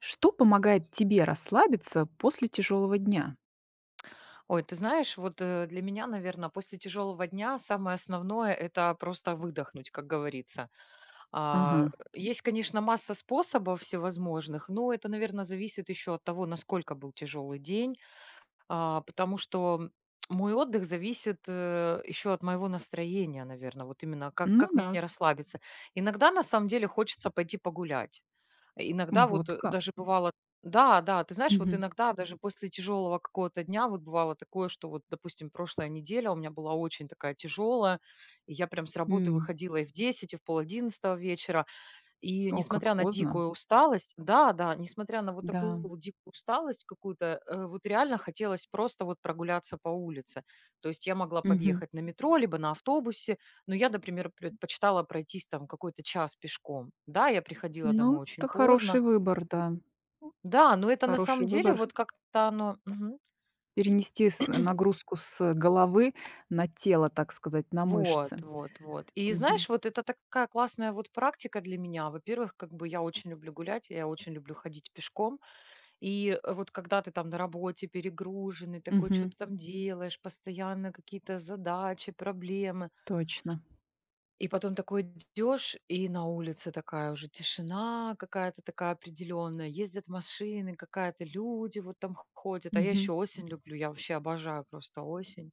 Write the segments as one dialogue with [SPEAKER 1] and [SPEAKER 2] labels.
[SPEAKER 1] Что помогает тебе расслабиться после тяжелого дня?
[SPEAKER 2] Ой, ты знаешь, вот для меня, наверное, после тяжелого дня самое основное– это просто выдохнуть, как говорится.
[SPEAKER 1] Ага.
[SPEAKER 2] А, Есть, конечно, масса способов всевозможных, но это, наверное, зависит еще от того, насколько был тяжелый день, потому что мой отдых зависит еще от моего настроения, наверное, вот именно как,
[SPEAKER 1] Ну
[SPEAKER 2] как
[SPEAKER 1] да,
[SPEAKER 2] мне расслабиться. Иногда, на самом деле, хочется пойти погулять. Иногда вот,
[SPEAKER 1] вот как.
[SPEAKER 2] даже бывало. Да, да, ты знаешь, вот
[SPEAKER 1] Мгм.
[SPEAKER 2] иногда даже после тяжелого какого-то дня вот бывало такое, что вот, допустим, прошлая неделя у меня была очень такая тяжелая, и я прям с работы
[SPEAKER 1] М.
[SPEAKER 2] выходила и в 10 и в пол одиннадцатого вечера. И
[SPEAKER 1] О, как
[SPEAKER 2] несмотря на
[SPEAKER 1] поздно.
[SPEAKER 2] дикую усталость да-да, несмотря на вот
[SPEAKER 1] Да.
[SPEAKER 2] такую вот дикую усталость какую-то, вот реально хотелось просто вот прогуляться по улице. То есть я могла
[SPEAKER 1] Мгм.
[SPEAKER 2] подъехать на метро либо на автобусе, но я, например, предпочитала пройтись там какой-то час пешком. Да, я приходила
[SPEAKER 1] Ну,
[SPEAKER 2] домой
[SPEAKER 1] это
[SPEAKER 2] очень
[SPEAKER 1] хороший
[SPEAKER 2] поздно.
[SPEAKER 1] выбор, да.
[SPEAKER 2] Да, но это на
[SPEAKER 1] Хороший
[SPEAKER 2] самом деле
[SPEAKER 1] выбор
[SPEAKER 2] вот как-то оно мгм.
[SPEAKER 1] перенести нагрузку с головы на тело, так сказать, на
[SPEAKER 2] Вот,
[SPEAKER 1] мышцы.
[SPEAKER 2] вот, вот. И
[SPEAKER 1] Мгм.
[SPEAKER 2] знаешь, вот это такая классная вот практика для меня. Во-первых, как бы я очень люблю гулять, я очень люблю ходить пешком. И вот когда ты там на работе перегруженный, такой что
[SPEAKER 1] Мгм.
[SPEAKER 2] то там делаешь, постоянно какие-то задачи, проблемы.
[SPEAKER 1] Точно.
[SPEAKER 2] И потом такой идешь и на улице такая уже тишина какая-то такая определенная, ездят машины, какая-то люди вот там ходят. А я
[SPEAKER 1] Мгм.
[SPEAKER 2] еще осень люблю, я вообще обожаю просто осень.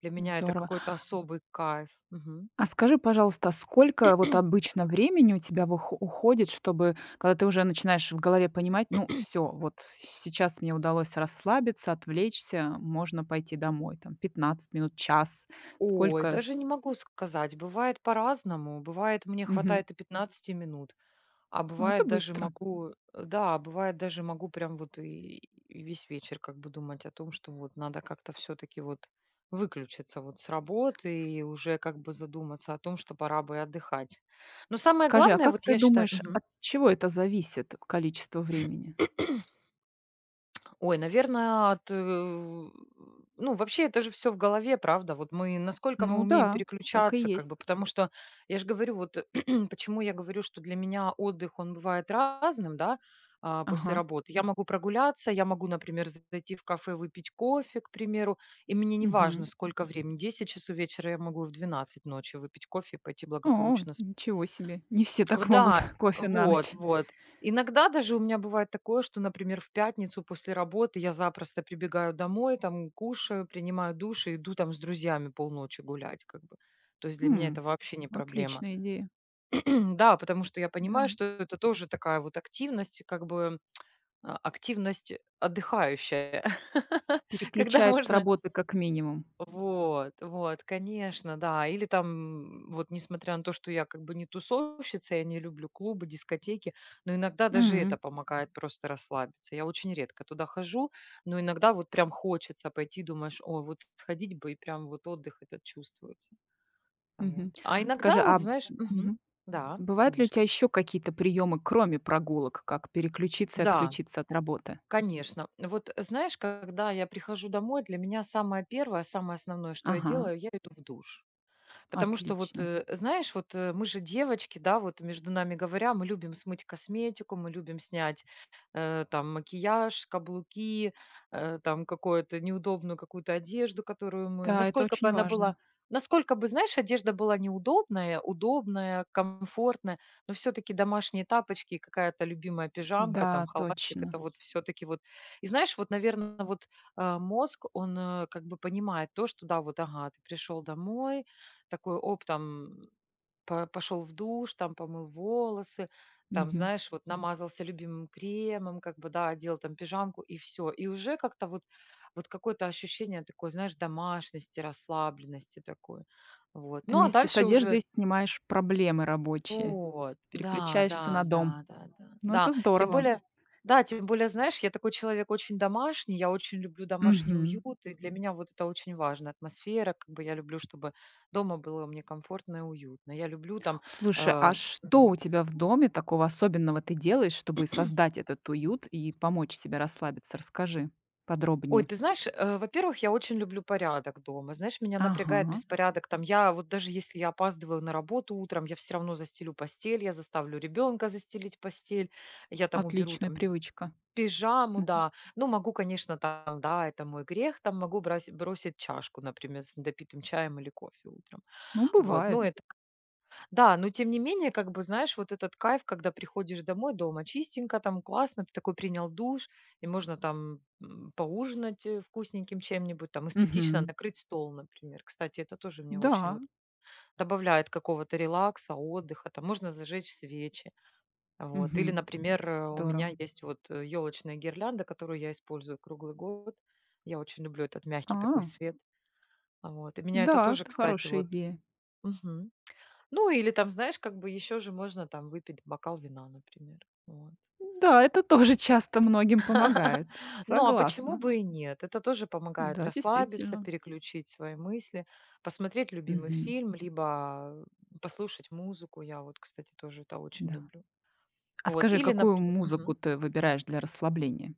[SPEAKER 2] Для меня это
[SPEAKER 1] Здорово.
[SPEAKER 2] какой-то особый кайф. Мгм.
[SPEAKER 1] А скажи, пожалуйста, сколько вот обычно времени у тебя вых уходит, чтобы когда ты уже начинаешь в голове понимать: "Ну, все, вот сейчас мне удалось расслабиться, отвлечься, можно пойти домой"? Там 15 минут, час?
[SPEAKER 2] Ой,
[SPEAKER 1] Сколько?
[SPEAKER 2] даже не могу сказать, бывает по-разному. Бывает, мне
[SPEAKER 1] Мгм.
[SPEAKER 2] хватает и 15 минут. А
[SPEAKER 1] Ну, это
[SPEAKER 2] бывает даже
[SPEAKER 1] быстро.
[SPEAKER 2] могу прям вот и весь вечер как бы думать о том, что вот надо как-то все таки вот выключиться вот с
[SPEAKER 1] С
[SPEAKER 2] работы и уже как бы задуматься о том, что пора бы и отдыхать. Но самое
[SPEAKER 1] Скажи, а
[SPEAKER 2] главное,
[SPEAKER 1] как
[SPEAKER 2] вот
[SPEAKER 1] ты
[SPEAKER 2] я считаю
[SPEAKER 1] думаешь,
[SPEAKER 2] мгм.
[SPEAKER 1] от чего это зависит, количество времени?
[SPEAKER 2] Ой, наверное, от, ну, вообще это же все в голове, правда. Вот мы, насколько мы
[SPEAKER 1] Ну
[SPEAKER 2] умеем
[SPEAKER 1] да, так и
[SPEAKER 2] переключаться, как бы,
[SPEAKER 1] есть.
[SPEAKER 2] потому что, я же говорю, вот почему я говорю, что для меня отдых, он бывает разным, да, после
[SPEAKER 1] Ага.
[SPEAKER 2] работы. Я могу прогуляться, я могу, например, зайти в кафе, выпить кофе, к примеру, и мне не
[SPEAKER 1] Мгм.
[SPEAKER 2] важно, сколько времени, 10 часов вечера я могу в 12 ночи выпить кофе и пойти
[SPEAKER 1] О,
[SPEAKER 2] благополучно.
[SPEAKER 1] ничего себе! Не все
[SPEAKER 2] В
[SPEAKER 1] так могут
[SPEAKER 2] Да,
[SPEAKER 1] кофе на
[SPEAKER 2] вот,
[SPEAKER 1] ночь.
[SPEAKER 2] вот. Иногда даже у меня бывает такое, что, например, в пятницу после работы я запросто прибегаю домой, там кушаю, принимаю душ и иду там с друзьями полночи гулять, как бы. То есть для меня
[SPEAKER 1] М,
[SPEAKER 2] это вообще не проблема.
[SPEAKER 1] отличная идея.
[SPEAKER 2] Да, потому что я понимаю,
[SPEAKER 1] Да.
[SPEAKER 2] что это тоже такая вот активность, как бы, активность отдыхающая, когда
[SPEAKER 1] Переключает с
[SPEAKER 2] можно.
[SPEAKER 1] работы как минимум.
[SPEAKER 2] Вот, вот, конечно, да. Или там, вот несмотря на то, что я как бы не тусовщица, я не люблю клубы, дискотеки, но иногда даже это
[SPEAKER 1] М,
[SPEAKER 2] помогает просто расслабиться. Я очень редко туда хожу, но иногда вот прям хочется пойти, думаешь, ой, вот сходить бы, и прям вот отдых этот чувствуется. Вот.
[SPEAKER 1] мгм.
[SPEAKER 2] А
[SPEAKER 1] Скажи,
[SPEAKER 2] иногда
[SPEAKER 1] а,
[SPEAKER 2] вот,
[SPEAKER 1] б-
[SPEAKER 2] знаешь,
[SPEAKER 1] мгм,
[SPEAKER 2] да,
[SPEAKER 1] Бывают ли у
[SPEAKER 2] конечно.
[SPEAKER 1] тебя еще какие-то приемы, кроме прогулок, как переключиться и
[SPEAKER 2] Да,
[SPEAKER 1] отключиться от работы?
[SPEAKER 2] конечно. Вот знаешь, когда я прихожу домой, для меня самое первое, самое основное, что я
[SPEAKER 1] Ага,
[SPEAKER 2] делаю, я иду в душ. Потому что вот,
[SPEAKER 1] отлично.
[SPEAKER 2] знаешь, вот мы же девочки, да, вот между нами говоря, мы любим смыть косметику, мы любим снять там макияж, каблуки, там какую-то неудобную какую-то одежду, которую мы,
[SPEAKER 1] Да, это
[SPEAKER 2] насколько бы
[SPEAKER 1] очень
[SPEAKER 2] она
[SPEAKER 1] важно.
[SPEAKER 2] была, насколько бы, знаешь, одежда была неудобная, удобная, комфортная, но все-таки домашние тапочки, и какая-то любимая пижамка, там
[SPEAKER 1] Да,
[SPEAKER 2] халатик,
[SPEAKER 1] точно.
[SPEAKER 2] это вот все-таки вот. И знаешь, вот, наверное, вот, мозг, он как бы понимает то, что да, вот, ага, ты пришел домой, такой оп, там пошел в душ, там помыл волосы, там,
[SPEAKER 1] Мгм.
[SPEAKER 2] знаешь, вот намазался любимым кремом, как бы, да, одел там пижамку и все. И уже как-то вот, вот какое-то ощущение такое, знаешь, домашности, расслабленности такое. Вот. Ну, а
[SPEAKER 1] Вместе с
[SPEAKER 2] дальше
[SPEAKER 1] одеждой
[SPEAKER 2] уже
[SPEAKER 1] снимаешь проблемы рабочие,
[SPEAKER 2] вот, да,
[SPEAKER 1] переключаешься
[SPEAKER 2] да,
[SPEAKER 1] на дом.
[SPEAKER 2] да, да, да,
[SPEAKER 1] Ну, это
[SPEAKER 2] да. Тем
[SPEAKER 1] здорово.
[SPEAKER 2] более, да, тем более, знаешь, я такой человек очень домашний, я очень люблю домашний
[SPEAKER 1] Мгм.
[SPEAKER 2] уют, и для меня вот это очень важно. Атмосфера, как бы я люблю, чтобы дома было мне комфортно и уютно. Я люблю там,
[SPEAKER 1] Слушай, а
[SPEAKER 2] э,
[SPEAKER 1] что у
[SPEAKER 2] мгм.
[SPEAKER 1] тебя в доме такого особенного ты делаешь, чтобы создать этот уют и помочь себе расслабиться? Расскажи
[SPEAKER 2] Ой,
[SPEAKER 1] подробнее.
[SPEAKER 2] ты знаешь, во-первых, я очень люблю порядок дома. Знаешь, меня напрягает
[SPEAKER 1] Ага,
[SPEAKER 2] беспорядок. Там я вот даже если я опаздываю на работу утром, я все равно застелю постель, я заставлю ребенка застелить постель, я там уберу
[SPEAKER 1] отличная
[SPEAKER 2] там
[SPEAKER 1] привычка.
[SPEAKER 2] пижаму,
[SPEAKER 1] Мгм.
[SPEAKER 2] да. Ну, могу, конечно, там, да, это мой грех, там могу бросить чашку, например, с недопитым чаем или кофе утром.
[SPEAKER 1] Ну,
[SPEAKER 2] Вот, ну
[SPEAKER 1] бывает.
[SPEAKER 2] это, да, но тем не менее, как бы, знаешь, вот этот кайф, когда приходишь домой, дома чистенько, там классно, ты такой принял душ, и можно там поужинать вкусненьким чем-нибудь, там эстетично
[SPEAKER 1] Мгм.
[SPEAKER 2] накрыть стол, например. Кстати, это тоже мне очень
[SPEAKER 1] Да.
[SPEAKER 2] вот добавляет какого-то релакса, отдыха, там можно зажечь свечи. Вот. Или,
[SPEAKER 1] Мгм.
[SPEAKER 2] например, у меня
[SPEAKER 1] Здорово.
[SPEAKER 2] есть вот елочная гирлянда, которую я использую круглый год. Я очень люблю этот мягкий такой
[SPEAKER 1] А,
[SPEAKER 2] свет. Вот. И меня это
[SPEAKER 1] да,
[SPEAKER 2] тоже,
[SPEAKER 1] это
[SPEAKER 2] кстати,
[SPEAKER 1] хорошая
[SPEAKER 2] вот.
[SPEAKER 1] идея.
[SPEAKER 2] Мгм. Ну, или там, знаешь, как бы еще же можно там выпить бокал вина, например. Вот.
[SPEAKER 1] Да, это тоже часто многим помогает.
[SPEAKER 2] Ну, а почему
[SPEAKER 1] Согласна.
[SPEAKER 2] бы и нет? Это тоже помогает
[SPEAKER 1] Да,
[SPEAKER 2] расслабиться,
[SPEAKER 1] действительно.
[SPEAKER 2] переключить свои мысли, посмотреть любимый
[SPEAKER 1] Мгм.
[SPEAKER 2] фильм, либо послушать музыку. Я вот, кстати, тоже это очень
[SPEAKER 1] Да.
[SPEAKER 2] люблю.
[SPEAKER 1] А
[SPEAKER 2] Вот.
[SPEAKER 1] скажи,
[SPEAKER 2] Или,
[SPEAKER 1] какую
[SPEAKER 2] например...
[SPEAKER 1] музыку ты выбираешь для расслабления?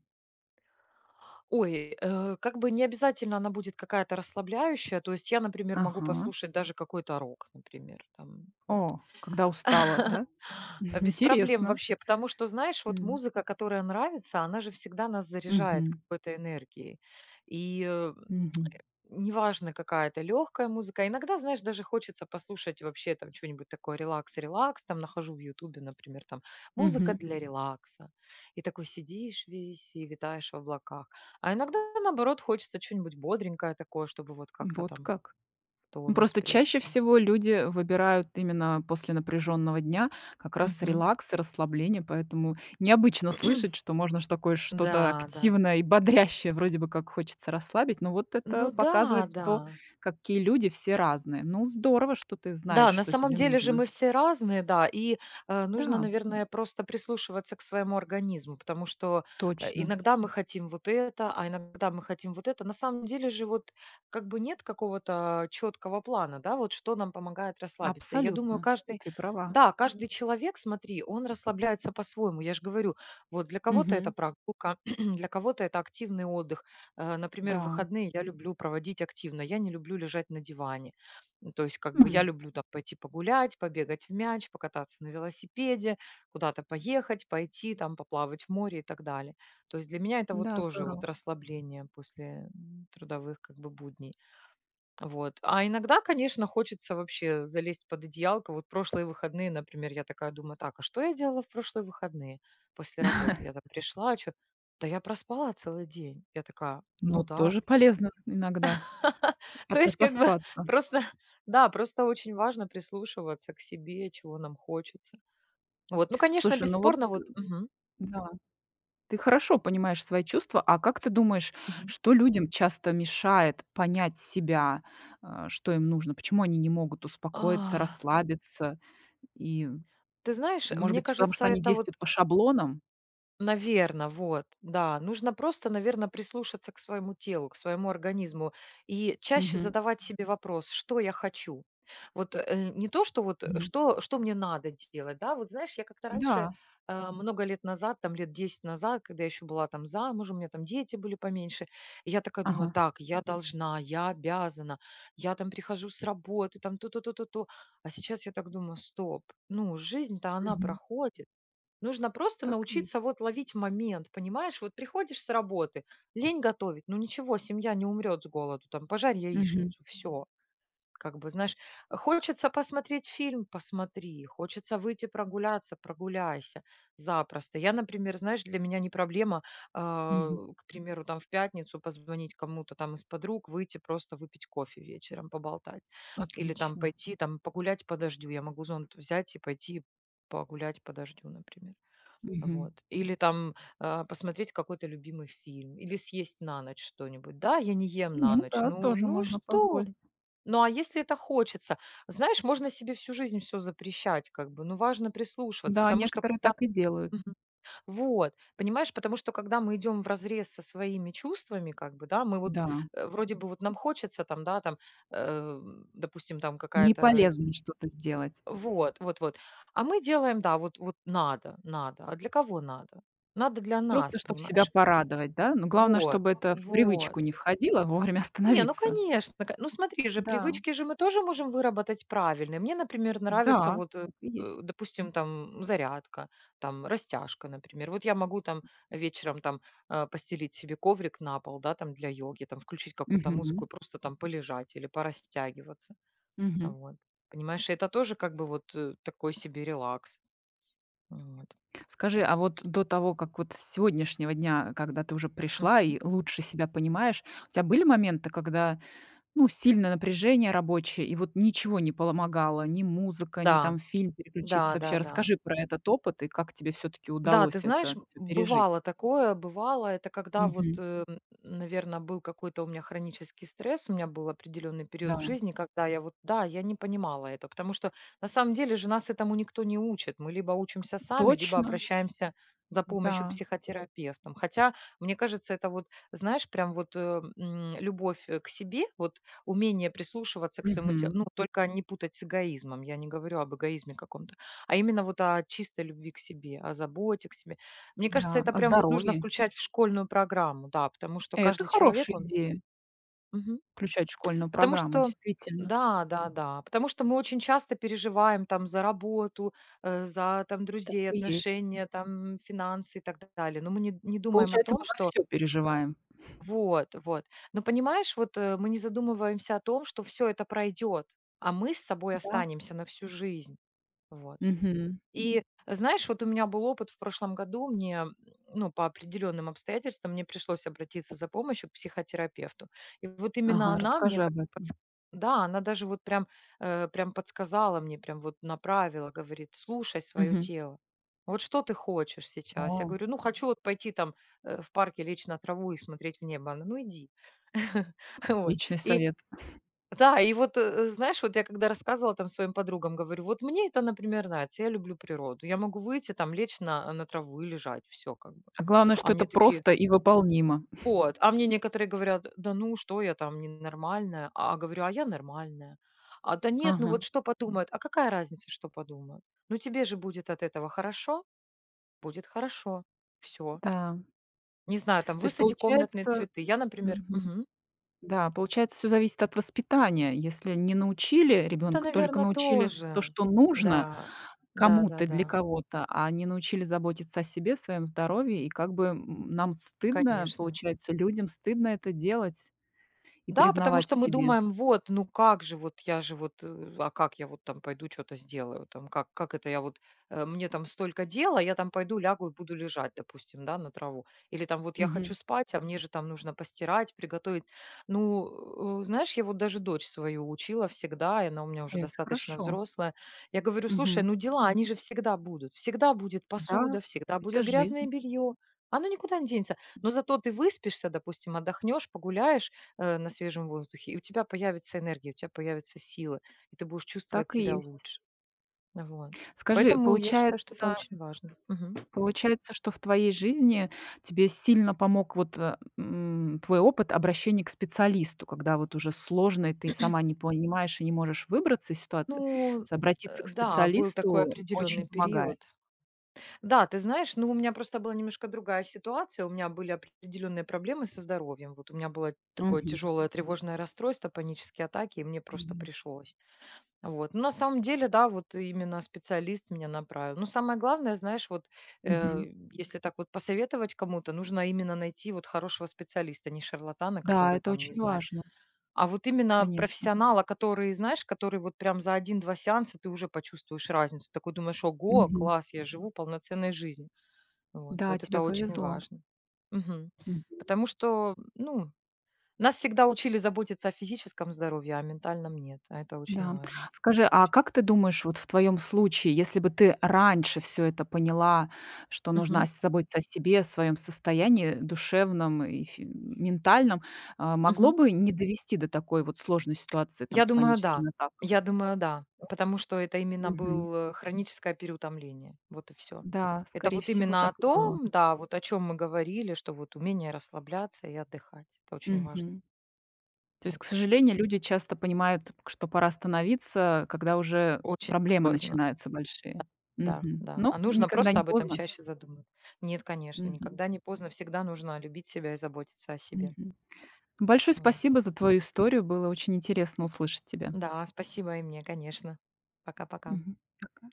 [SPEAKER 2] Ой, как бы не обязательно она будет какая-то расслабляющая. То есть я, например, могу
[SPEAKER 1] Ага.
[SPEAKER 2] послушать даже какой-то рок, например, там, вот.
[SPEAKER 1] О, когда устала, да?
[SPEAKER 2] Без проблем
[SPEAKER 1] Интересно.
[SPEAKER 2] вообще, потому что, знаешь, вот
[SPEAKER 1] М.
[SPEAKER 2] музыка, которая нравится, она же всегда нас заряжает
[SPEAKER 1] Мгм.
[SPEAKER 2] какой-то энергией. И э,
[SPEAKER 1] Мгм.
[SPEAKER 2] Неважно, какая это легкая музыка. Иногда, знаешь, даже хочется послушать вообще там что-нибудь такое релакс-релакс. Там нахожу в Ютубе, например, там музыка
[SPEAKER 1] Мгм.
[SPEAKER 2] для Мгм. Релакса. И такой сидишь весь и витаешь в облаках. А иногда, наоборот, хочется что-нибудь бодренькое такое, чтобы вот как-то
[SPEAKER 1] Вот
[SPEAKER 2] там
[SPEAKER 1] как.
[SPEAKER 2] в
[SPEAKER 1] Ну,
[SPEAKER 2] тонус
[SPEAKER 1] просто чаще
[SPEAKER 2] прийти.
[SPEAKER 1] всего люди выбирают именно после напряженного дня как раз
[SPEAKER 2] Мгм.
[SPEAKER 1] релакс и расслабление, поэтому необычно слышать, что можно ж такое что-то
[SPEAKER 2] Да, да.
[SPEAKER 1] активное и бодрящее, вроде бы как хочется расслабить, но вот
[SPEAKER 2] Ну
[SPEAKER 1] это
[SPEAKER 2] да,
[SPEAKER 1] показывает
[SPEAKER 2] да.
[SPEAKER 1] то, какие люди все разные. Ну, здорово, что ты знаешь,
[SPEAKER 2] Да, на
[SPEAKER 1] что
[SPEAKER 2] самом
[SPEAKER 1] тебе
[SPEAKER 2] деле же
[SPEAKER 1] нужно.
[SPEAKER 2] мы все разные, да, и нужно,
[SPEAKER 1] Да,
[SPEAKER 2] наверное, просто прислушиваться к своему организму, потому что
[SPEAKER 1] точно,
[SPEAKER 2] иногда мы хотим вот это, а иногда мы хотим вот это. На самом деле же вот как бы нет какого-то четкого плана, да, вот что нам помогает расслабиться. И я думаю,
[SPEAKER 1] абсолютно,
[SPEAKER 2] каждый,
[SPEAKER 1] ты права.
[SPEAKER 2] да, каждый человек, смотри, он расслабляется по-своему. Я же говорю, вот для кого-то это
[SPEAKER 1] Мгм.
[SPEAKER 2] прогулка, для кого-то это активный отдых. Например, в
[SPEAKER 1] Да.
[SPEAKER 2] выходные я люблю проводить активно, я не люблю лежать на диване. Ну, то есть, как бы я
[SPEAKER 1] М,
[SPEAKER 2] люблю там пойти погулять, побегать в мяч, покататься на велосипеде, куда-то поехать, пойти там поплавать в море и так далее. То есть для меня это вот
[SPEAKER 1] да,
[SPEAKER 2] тоже вот
[SPEAKER 1] здорово.
[SPEAKER 2] расслабление после трудовых как бы будней. Вот. А иногда, конечно, хочется вообще залезть под одеялко. Вот прошлые выходные, например, я такая думаю, так, а что я делала в прошлые выходные после работы? Я там пришла, что? Да я проспала целый день. Я такая, ну
[SPEAKER 1] Ну,
[SPEAKER 2] да.
[SPEAKER 1] тоже полезно иногда
[SPEAKER 2] То
[SPEAKER 1] от
[SPEAKER 2] есть как бы
[SPEAKER 1] отоспаться.
[SPEAKER 2] просто, да, просто очень важно прислушиваться к себе, чего нам хочется. Вот, ну, конечно,
[SPEAKER 1] Слушай, ну вот
[SPEAKER 2] бесспорно, вот мгм,
[SPEAKER 1] да, ты хорошо понимаешь свои чувства. А как ты думаешь,
[SPEAKER 2] мгм.
[SPEAKER 1] что людям часто мешает понять себя, что им нужно? Почему они не могут успокоиться,
[SPEAKER 2] А,
[SPEAKER 1] расслабиться? И,
[SPEAKER 2] Ты знаешь,
[SPEAKER 1] может
[SPEAKER 2] мне
[SPEAKER 1] быть, потому что
[SPEAKER 2] кажется,
[SPEAKER 1] они
[SPEAKER 2] это
[SPEAKER 1] действуют
[SPEAKER 2] вот.
[SPEAKER 1] по шаблонам?
[SPEAKER 2] Наверно, вот, да. Нужно просто, наверно, прислушаться к своему телу, к своему организму и чаще
[SPEAKER 1] Мгм,
[SPEAKER 2] задавать себе вопрос: "Что я хочу?" Вот, не то, что вот,
[SPEAKER 1] мгм.
[SPEAKER 2] что мне надо делать, да. Вот знаешь, я как-то раньше,
[SPEAKER 1] Да,
[SPEAKER 2] много лет назад, там лет 10 назад, когда я еще была там замужем, у меня там дети были поменьше, и я такая
[SPEAKER 1] ага,
[SPEAKER 2] думаю: "Так, я должна, я обязана, я там прихожу с работы, там то-то, то-то, то". А сейчас я так думаю: "Стоп, ну, жизнь-то она
[SPEAKER 1] мгм.
[SPEAKER 2] проходит". Нужно просто
[SPEAKER 1] Так и
[SPEAKER 2] научиться
[SPEAKER 1] есть.
[SPEAKER 2] вот ловить момент, понимаешь? Вот приходишь с работы, лень готовить, ну ничего, семья не умрет с голоду, там пожарь
[SPEAKER 1] Мгм,
[SPEAKER 2] яичницу, все. Как бы, знаешь, хочется посмотреть фильм, посмотри, хочется выйти прогуляться, прогуляйся запросто. Я, например, знаешь, для меня не проблема, а,
[SPEAKER 1] мгм.
[SPEAKER 2] к примеру, там в пятницу позвонить кому-то там из подруг, выйти просто выпить кофе вечером, поболтать. Или там
[SPEAKER 1] Отлично.
[SPEAKER 2] пойти, там погулять по дождю. Я могу зонт взять и пойти погулять по дождю, например.
[SPEAKER 1] Мгм.
[SPEAKER 2] Вот. Или там, посмотреть какой-то любимый фильм, или съесть на ночь что-нибудь. Да, я не ем на
[SPEAKER 1] Ну
[SPEAKER 2] ночь.
[SPEAKER 1] да,
[SPEAKER 2] Ну,
[SPEAKER 1] тоже
[SPEAKER 2] ну и
[SPEAKER 1] можно
[SPEAKER 2] что?
[SPEAKER 1] позволить.
[SPEAKER 2] Ну, а если это хочется? Знаешь, можно себе всю жизнь все запрещать, как бы, но важно прислушиваться,
[SPEAKER 1] Да,
[SPEAKER 2] потому что
[SPEAKER 1] некоторые
[SPEAKER 2] когда
[SPEAKER 1] так и делают.
[SPEAKER 2] Мгм. Вот, понимаешь, потому что когда мы идем в разрез со своими чувствами, как бы, да, мы вот,
[SPEAKER 1] Да,
[SPEAKER 2] вроде бы вот нам хочется там, да, там, э, допустим, там
[SPEAKER 1] не
[SPEAKER 2] какая-то
[SPEAKER 1] полезно что-то сделать.
[SPEAKER 2] вот, вот, вот. А мы делаем, да, вот, вот надо, надо. А для кого надо? Надо для
[SPEAKER 1] Просто
[SPEAKER 2] нас,
[SPEAKER 1] чтобы себя
[SPEAKER 2] понимаешь?
[SPEAKER 1] порадовать, да? Но главное,
[SPEAKER 2] Вот,
[SPEAKER 1] чтобы это в
[SPEAKER 2] вот.
[SPEAKER 1] привычку не входило, вовремя
[SPEAKER 2] Не, ну
[SPEAKER 1] остановиться.
[SPEAKER 2] конечно. Ну смотри же,
[SPEAKER 1] Да,
[SPEAKER 2] привычки же мы тоже можем выработать правильные. Мне, например, нравится
[SPEAKER 1] да,
[SPEAKER 2] вот,
[SPEAKER 1] так и есть.
[SPEAKER 2] допустим, там зарядка, там растяжка, например. Вот я могу там вечером там постелить себе коврик на пол, да, там для йоги, там включить какую-то музыку
[SPEAKER 1] Мгм,
[SPEAKER 2] и просто там полежать или порастягиваться.
[SPEAKER 1] мгм.
[SPEAKER 2] Вот. Понимаешь, это тоже как бы вот такой себе релакс. Вот.
[SPEAKER 1] Скажи, а вот до того, как вот с сегодняшнего дня, когда ты уже
[SPEAKER 2] М,
[SPEAKER 1] пришла и лучше себя понимаешь, у тебя были моменты, когда, ну, сильное напряжение рабочее, и вот ничего не помогало, ни музыка, ни
[SPEAKER 2] да,
[SPEAKER 1] там фильм
[SPEAKER 2] да-да-да.
[SPEAKER 1] переключиться
[SPEAKER 2] Да,
[SPEAKER 1] вообще?
[SPEAKER 2] да.
[SPEAKER 1] Расскажи про этот опыт и как тебе все таки
[SPEAKER 2] Да, ты
[SPEAKER 1] удалось это
[SPEAKER 2] знаешь,
[SPEAKER 1] всё пережить.
[SPEAKER 2] бывало такое, бывало. Это когда вот,
[SPEAKER 1] Мгм.
[SPEAKER 2] наверное, был какой-то у меня хронический стресс, у меня был определенный
[SPEAKER 1] Да.
[SPEAKER 2] период в жизни, когда я вот, да, я не понимала это, потому что на самом деле же нас этому никто не учит. Мы либо учимся сами, либо
[SPEAKER 1] Точно,
[SPEAKER 2] обращаемся за помощью к
[SPEAKER 1] да.
[SPEAKER 2] психотерапевтам. Хотя, мне кажется, это вот, знаешь, прям вот, любовь, к себе, вот умение прислушиваться к своему телу.
[SPEAKER 1] Мгм.
[SPEAKER 2] Ну, только не путать с эгоизмом. Я не говорю об эгоизме каком-то, а именно вот о чистой любви к себе, о заботе к себе. Мне кажется,
[SPEAKER 1] Да,
[SPEAKER 2] это
[SPEAKER 1] о
[SPEAKER 2] прям вот нужно
[SPEAKER 1] здоровье.
[SPEAKER 2] включать в школьную программу, да, потому что
[SPEAKER 1] Это
[SPEAKER 2] каждый человек,
[SPEAKER 1] хорошая
[SPEAKER 2] он...
[SPEAKER 1] идея
[SPEAKER 2] Мгм.
[SPEAKER 1] включать в школьную
[SPEAKER 2] Потому
[SPEAKER 1] программу,
[SPEAKER 2] что...
[SPEAKER 1] действительно.
[SPEAKER 2] Да, да, да. Потому что мы очень часто переживаем там за работу, за там друзей,
[SPEAKER 1] Так и есть.
[SPEAKER 2] отношения, там финансы и так далее. Но мы не думаем о
[SPEAKER 1] Получается,
[SPEAKER 2] том,
[SPEAKER 1] мы за
[SPEAKER 2] что
[SPEAKER 1] все переживаем,
[SPEAKER 2] вот, вот. Но понимаешь, вот мы не задумываемся о том, что все это пройдет, а мы с собой
[SPEAKER 1] да?
[SPEAKER 2] останемся на всю жизнь. Вот.
[SPEAKER 1] Мгм.
[SPEAKER 2] И знаешь, вот у меня был опыт в прошлом году, ну, по определенным обстоятельствам, мне пришлось обратиться за помощью к психотерапевту. И вот именно
[SPEAKER 1] Ага,
[SPEAKER 2] она мне
[SPEAKER 1] расскажи об этом.
[SPEAKER 2] да, она даже вот прям, прям подсказала мне, прям вот направила, говорит, слушай свое
[SPEAKER 1] Мгм.
[SPEAKER 2] тело. Вот что ты хочешь сейчас? Я
[SPEAKER 1] О,
[SPEAKER 2] говорю, ну, хочу вот пойти там в парке лечь на траву и смотреть в небо. Она, ну, иди. Вот.
[SPEAKER 1] отличный
[SPEAKER 2] И
[SPEAKER 1] совет.
[SPEAKER 2] да, и вот, знаешь, вот я когда рассказывала там своим подругам, говорю, вот мне это, например, нравится, я люблю природу, я могу выйти, там, лечь на траву и лежать, все как бы.
[SPEAKER 1] А главное,
[SPEAKER 2] А
[SPEAKER 1] что это
[SPEAKER 2] мне такие,
[SPEAKER 1] просто и выполнимо.
[SPEAKER 2] вот, а мне некоторые говорят, да ну, что я там, ненормальная, а говорю, а я нормальная. А да нет, ну
[SPEAKER 1] Ага,
[SPEAKER 2] вот что подумают, а какая разница, что подумают? Ну тебе же будет от этого хорошо, будет хорошо, все.
[SPEAKER 1] да.
[SPEAKER 2] Не знаю, там,
[SPEAKER 1] То есть
[SPEAKER 2] высади комнатные
[SPEAKER 1] получается
[SPEAKER 2] цветы, я, например,
[SPEAKER 1] мгм,
[SPEAKER 2] «Мгм,
[SPEAKER 1] да, получается, все зависит от воспитания. Если не научили
[SPEAKER 2] да,
[SPEAKER 1] ребенка, только
[SPEAKER 2] наверное,
[SPEAKER 1] научили то,
[SPEAKER 2] тоже,
[SPEAKER 1] что нужно,
[SPEAKER 2] да, да, да,
[SPEAKER 1] кому-то, для
[SPEAKER 2] да.
[SPEAKER 1] кого-то, а не научили заботиться о себе, своем здоровье. И как бы, м, нам стыдно,
[SPEAKER 2] Конечно.
[SPEAKER 1] получается, людям стыдно это делать и
[SPEAKER 2] Да, потому
[SPEAKER 1] признавать в
[SPEAKER 2] что мы
[SPEAKER 1] себе.
[SPEAKER 2] думаем: "Вот, ну как же, вот я же вот, а как я вот там пойду что то сделаю там? Как это я вот, мне там столько дела, я там пойду лягу и буду лежать, допустим, да, на траву. Или там вот я
[SPEAKER 1] Мгм.
[SPEAKER 2] хочу спать, а мне же там нужно постирать, приготовить". Ну, знаешь, я вот даже дочь свою учила всегда, и она у меня уже
[SPEAKER 1] Это
[SPEAKER 2] достаточно
[SPEAKER 1] хорошо.
[SPEAKER 2] взрослая. Я говорю: "Слушай,
[SPEAKER 1] Мгм.
[SPEAKER 2] ну дела, они же всегда будут. Всегда будет
[SPEAKER 1] Да,
[SPEAKER 2] посуда, всегда
[SPEAKER 1] это
[SPEAKER 2] будет грязное
[SPEAKER 1] жизнь.
[SPEAKER 2] белье. Оно никуда не денется. Но зато ты выспишься, допустим, отдохнешь, погуляешь, на свежем воздухе. И у тебя появится энергия, у тебя появится сила, и ты будешь чувствовать
[SPEAKER 1] Так и
[SPEAKER 2] себя
[SPEAKER 1] есть.
[SPEAKER 2] лучше. Вот.
[SPEAKER 1] Скажи,
[SPEAKER 2] Поэтому я считаю, что это
[SPEAKER 1] получается
[SPEAKER 2] очень важно. Мгм.
[SPEAKER 1] получается, что в твоей жизни тебе сильно помог вот, твой опыт обращения к специалисту, когда вот уже сложно, и ты сама не понимаешь и не можешь выбраться из ситуации,
[SPEAKER 2] Ну,
[SPEAKER 1] то обратиться к
[SPEAKER 2] да, был такой
[SPEAKER 1] специалисту очень
[SPEAKER 2] определенный
[SPEAKER 1] помогает.
[SPEAKER 2] период. Да, ты знаешь, ну у меня просто была немножко другая ситуация. У меня были определенные проблемы со здоровьем. Вот у меня было такое
[SPEAKER 1] Мгм.
[SPEAKER 2] тяжелое тревожное расстройство, панические атаки, и мне просто
[SPEAKER 1] Да.
[SPEAKER 2] пришлось. Вот. Ну, на самом деле, да, вот именно специалист меня направил. Но самое главное, знаешь, вот э,
[SPEAKER 1] Мгм.
[SPEAKER 2] если так вот посоветовать кому-то, нужно именно найти вот хорошего специалиста, а не шарлатана,
[SPEAKER 1] Да,
[SPEAKER 2] который
[SPEAKER 1] это
[SPEAKER 2] там не
[SPEAKER 1] очень
[SPEAKER 2] знает,
[SPEAKER 1] важно,
[SPEAKER 2] а вот именно
[SPEAKER 1] конечно.
[SPEAKER 2] профессионала, который, знаешь, который вот прям за один-два сеанса ты уже почувствуешь разницу. Такой думаешь, ого,
[SPEAKER 1] Мгм.
[SPEAKER 2] класс, я живу полноценной жизнью. Вот,
[SPEAKER 1] Да,
[SPEAKER 2] вот это
[SPEAKER 1] тебе
[SPEAKER 2] очень
[SPEAKER 1] повезло.
[SPEAKER 2] важно. Мгм.
[SPEAKER 1] Мгм.
[SPEAKER 2] Потому что, ну, нас всегда учили заботиться о физическом здоровье, а о ментальном нет, а это очень
[SPEAKER 1] Да.
[SPEAKER 2] важно.
[SPEAKER 1] Скажи, а как ты думаешь, вот в твоем случае, если бы ты раньше все это поняла, что нужно
[SPEAKER 2] Мгм.
[SPEAKER 1] ос заботиться о себе, о своем состоянии душевном и фи ментальном, а, могло
[SPEAKER 2] Мгм.
[SPEAKER 1] бы не довести до такой вот сложной ситуации там
[SPEAKER 2] Я
[SPEAKER 1] с
[SPEAKER 2] думаю, да.
[SPEAKER 1] паническими атаками?
[SPEAKER 2] Я думаю, да. Потому что это именно
[SPEAKER 1] Мгм.
[SPEAKER 2] было хроническое переутомление. Вот и все.
[SPEAKER 1] Да,
[SPEAKER 2] Это
[SPEAKER 1] скорее
[SPEAKER 2] вот
[SPEAKER 1] всего,
[SPEAKER 2] именно о
[SPEAKER 1] так и было.
[SPEAKER 2] том, да, вот о чем мы говорили, что вот умение расслабляться и отдыхать. Это очень важно.
[SPEAKER 1] Мгм. То есть,
[SPEAKER 2] Вот.
[SPEAKER 1] к сожалению, люди часто понимают, что пора остановиться, когда уже
[SPEAKER 2] Очень
[SPEAKER 1] проблемы
[SPEAKER 2] поздно.
[SPEAKER 1] начинаются большие.
[SPEAKER 2] Да,
[SPEAKER 1] Мгм.
[SPEAKER 2] да.
[SPEAKER 1] Но
[SPEAKER 2] А нужно
[SPEAKER 1] никогда
[SPEAKER 2] просто
[SPEAKER 1] не
[SPEAKER 2] об этом
[SPEAKER 1] поздно.
[SPEAKER 2] чаще задуматься. Нет, конечно,
[SPEAKER 1] Мгм.
[SPEAKER 2] никогда не поздно. Всегда нужно любить себя и заботиться о себе.
[SPEAKER 1] Мгм. Большое
[SPEAKER 2] Вот.
[SPEAKER 1] спасибо за твою историю. Было очень интересно услышать тебя.
[SPEAKER 2] Да, спасибо и мне, конечно. Пока-пока.
[SPEAKER 1] Мгм. Пока.